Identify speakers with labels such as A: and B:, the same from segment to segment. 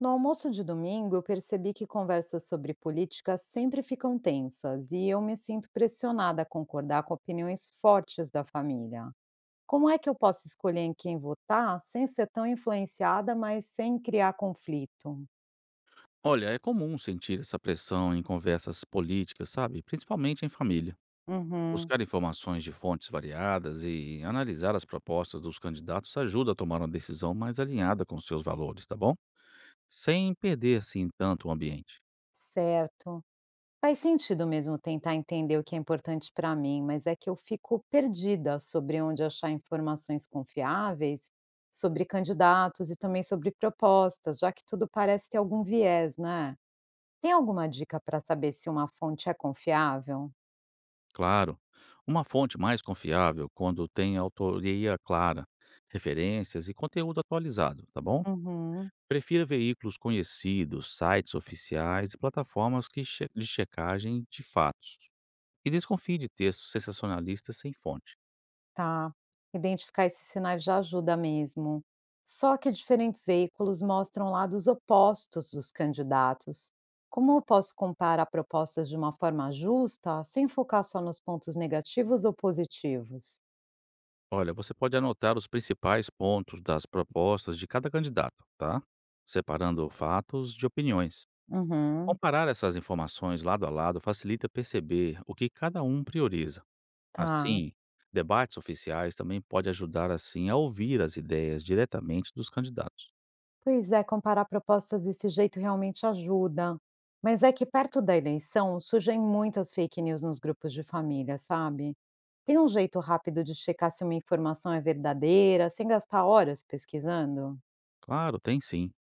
A: No almoço de domingo, eu percebi que conversas sobre política sempre ficam tensas e eu me sinto pressionada a concordar com opiniões fortes da família. Como é que eu posso escolher em quem votar sem ser tão influenciada, mas sem criar conflito?
B: Olha, é comum sentir essa pressão em conversas políticas, sabe? Principalmente em família.
A: Uhum,
B: Buscar informações de fontes variadas e analisar as propostas dos candidatos ajuda a tomar uma decisão mais alinhada com seus valores, tá bom? Sem perder, assim, tanto o ambiente.
A: certo. Faz sentido mesmo tentar entender o que é importante para mim, mas é que eu fico perdida sobre onde achar informações confiáveis sobre candidatos e também sobre propostas, já que tudo parece ter algum viés, né? Tem alguma dica para saber se uma fonte é confiável?
B: Claro, uma fonte mais confiável quando tem autoria clara, referências e conteúdo atualizado, tá bom?
A: Uhum,
B: Prefira veículos conhecidos, sites oficiais e plataformas de checagem de fatos. E desconfie de textos sensacionalistas sem fonte.
A: tá. Identificar esses sinais já ajuda mesmo. Só que diferentes veículos mostram lados opostos dos candidatos. Como eu posso comparar propostas de uma forma justa, sem focar só nos pontos negativos ou positivos?
B: Olha, você pode anotar os principais pontos das propostas de cada candidato, tá? Separando fatos de opiniões.
A: Uhum,
B: Comparar essas informações lado a lado facilita perceber o que cada um prioriza.
A: tá.
B: Assim, debates oficiais também pode ajudar assim a ouvir as ideias diretamente dos candidatos.
A: Pois é, comparar propostas desse jeito realmente ajuda. Mas é que perto da eleição surgem muitas fake news nos grupos de família, sabe? Tem um jeito rápido de checar se uma informação é verdadeira, sem gastar horas pesquisando?
B: Claro, tem sim.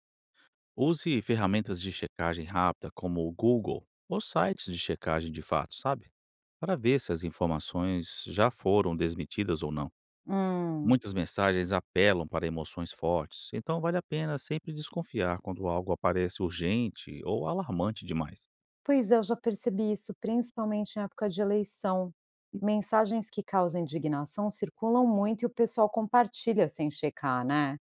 B: Use ferramentas de checagem rápida como o Google ou sites de checagem de fato, sabe? Para ver se as informações já foram desmentidas ou não.
A: Hum,
B: Muitas mensagens apelam para emoções fortes, então vale a pena sempre desconfiar quando algo aparece urgente ou alarmante demais.
A: pois é, eu já percebi isso, principalmente em época de eleição. Mensagens que causam indignação circulam muito e o pessoal compartilha sem checar, né?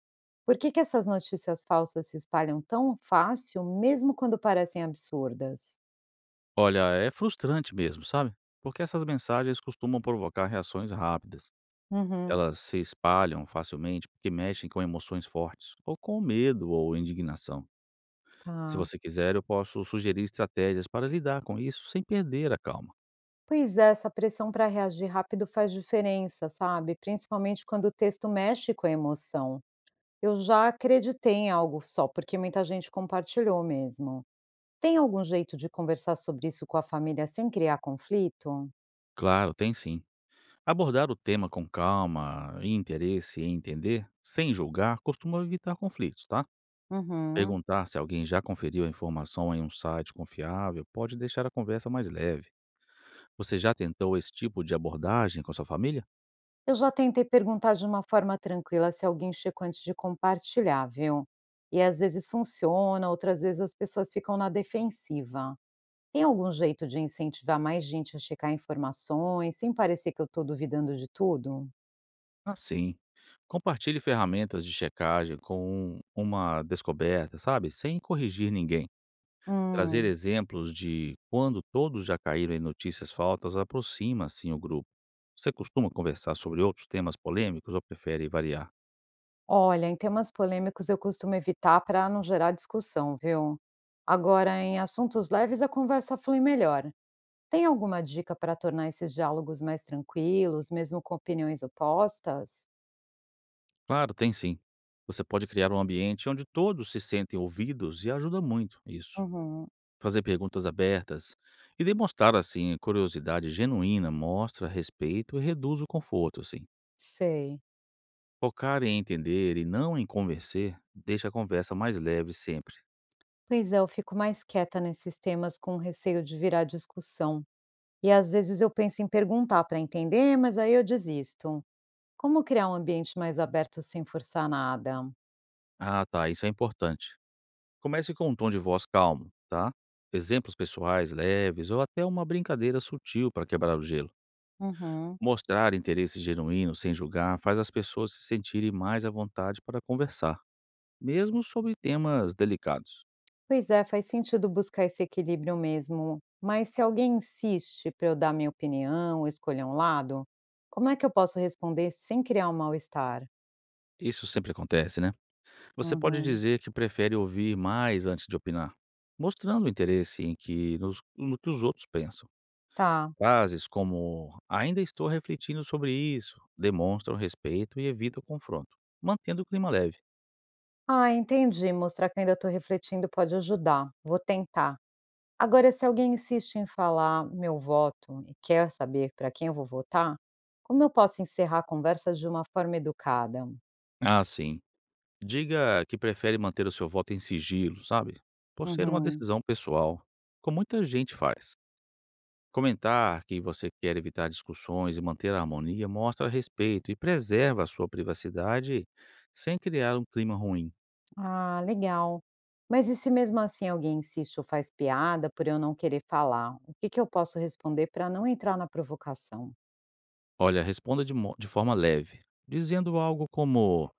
A: Por que que essas notícias falsas se espalham tão fácil, mesmo quando parecem absurdas?
B: Olha, é frustrante mesmo, sabe? Porque essas mensagens costumam provocar reações rápidas.
A: Uhum,
B: Elas se espalham facilmente porque mexem com emoções fortes, ou com medo ou indignação. Se
A: tá.
B: você quiser, eu posso sugerir estratégias para lidar com isso sem perder a calma.
A: Pois é, essa pressão para reagir rápido faz diferença, sabe? Principalmente quando o texto mexe com a emoção. Eu já acreditei em algo só, porque muita gente compartilhou mesmo. Tem algum jeito de conversar sobre isso com a família sem criar conflito?
B: Claro, tem sim. Abordar o tema com calma e interesse em entender, sem julgar, costuma evitar conflitos, tá?
A: Uhum.
B: Perguntar se alguém já conferiu a informação em um site confiável pode deixar a conversa mais leve. Você já tentou esse tipo de abordagem com sua família?
A: Eu já tentei perguntar de uma forma tranquila se alguém checou antes de compartilhar, viu? E às vezes funciona, outras vezes as pessoas ficam na defensiva. Tem algum jeito de incentivar mais gente a checar informações, sem parecer que eu estou duvidando de tudo?
B: Ah, sim. Compartilhe ferramentas de checagem com uma descoberta, sabe? Sem corrigir ninguém. Trazer
A: Hum,
B: exemplos de quando todos já caíram em notícias faltas aproxima, assim, o grupo. Você costuma conversar sobre outros temas polêmicos ou prefere variar?
A: olha, em temas polêmicos eu costumo evitar para não gerar discussão, viu? Agora, em assuntos leves, a conversa flui melhor. Tem alguma dica para tornar esses diálogos mais tranquilos, mesmo com opiniões opostas?
B: Claro, tem sim. Você pode criar um ambiente onde todos se sentem ouvidos e ajuda muito isso.
A: Uhum,
B: Fazer perguntas abertas e demonstrar, assim, curiosidade genuína mostra respeito e reduz o conforto, assim.
A: sei.
B: Focar em entender e não em convencer deixa a conversa mais leve sempre.
A: Pois é, eu fico mais quieta nesses temas com receio de virar discussão. E às vezes eu penso em perguntar para entender, mas aí eu desisto. Como criar um ambiente mais aberto sem forçar nada?
B: Ah, tá, isso é importante. Comece com um tom de voz calmo, tá? Exemplos pessoais leves ou até uma brincadeira sutil para quebrar o gelo.
A: Uhum.
B: Mostrar interesse genuíno sem julgar faz as pessoas se sentirem mais à vontade para conversar, mesmo sobre temas delicados.
A: Pois é, faz sentido buscar esse equilíbrio mesmo. Mas se alguém insiste para eu dar minha opinião ou escolher um lado, como é que eu posso responder sem criar um mal-estar?
B: Isso sempre acontece, né? Você pode
A: Uhum.
B: dizer que prefere ouvir mais antes de opinar, mostrando interesse em no que os outros pensam.
A: Tá.
B: Frases como "ainda estou refletindo sobre isso" demonstram respeito e evitam confronto, mantendo o clima leve.
A: Ah, entendi. Mostrar que ainda estou refletindo pode ajudar. Vou tentar. Agora, se alguém insiste em falar meu voto e quer saber para quem eu vou votar, como eu posso encerrar a conversa de uma forma educada?
B: Ah, sim, diga que prefere manter o seu voto em sigilo, sabe, por ser uma
A: Uhum.
B: decisão pessoal, como muita gente faz. Comentar que você quer evitar discussões e manter a harmonia mostra respeito e preserva a sua privacidade sem criar um clima ruim.
A: Ah, legal. Mas e se mesmo assim alguém insiste ou faz piada por eu não querer falar? O que que eu posso responder para não entrar na provocação?
B: Olha, responda de forma leve, dizendo algo como: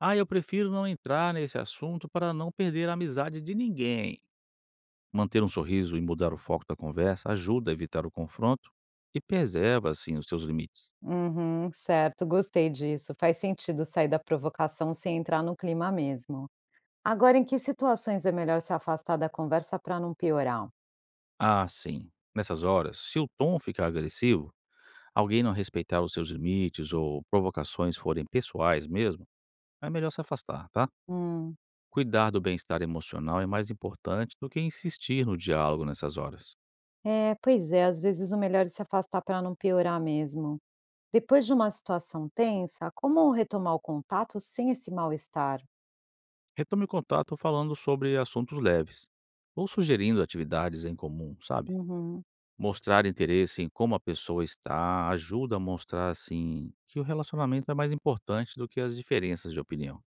B: "Ah, eu prefiro não entrar nesse assunto para não perder a amizade de ninguém." Manter um sorriso e mudar o foco da conversa ajuda a evitar o confronto e preserva, assim, os seus limites.
A: Uhum, certo, gostei disso. Faz sentido sair da provocação sem entrar no clima mesmo. Agora, em que situações é melhor se afastar da conversa para não piorar?
B: Ah, sim. Nessas horas, se o tom ficar agressivo, alguém não respeitar os seus limites ou provocações forem pessoais mesmo, é melhor se afastar, tá?
A: Hum,
B: Cuidar do bem-estar emocional é mais importante do que insistir no diálogo nessas horas.
A: é, pois é, às vezes o melhor é se afastar para não piorar mesmo. Depois de uma situação tensa, como retomar o contato sem esse mal-estar?
B: Retome o contato falando sobre assuntos leves ou sugerindo atividades em comum, sabe?
A: Uhum.
B: Mostrar interesse em como a pessoa está ajuda a mostrar, assim, que o relacionamento é mais importante do que as diferenças de opinião.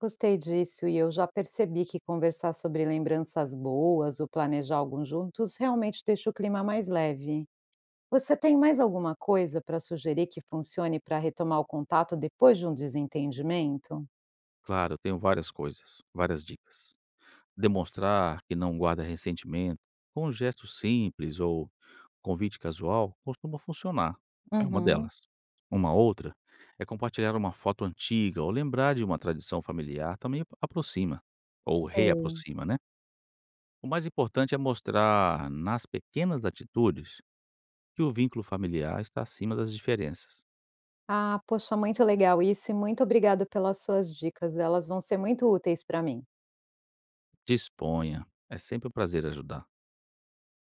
A: Gostei disso e eu já percebi que conversar sobre lembranças boas ou planejar algo juntos realmente deixa o clima mais leve. Você tem mais alguma coisa para sugerir que funcione para retomar o contato depois de um desentendimento?
B: Claro, eu tenho várias coisas, várias dicas. Demonstrar que não guarda ressentimento, com um gesto simples ou convite casual, costuma funcionar. É uma
A: Uhum,
B: delas. Uma outra é compartilhar uma foto antiga ou lembrar de uma tradição familiar também aproxima, ou
A: sei.
B: reaproxima, né? O mais importante é mostrar nas pequenas atitudes que o vínculo familiar está acima das diferenças.
A: Ah, poxa, muito legal isso e muito obrigada pelas suas dicas. Elas vão ser muito úteis para mim.
B: Disponha, é sempre um prazer ajudar.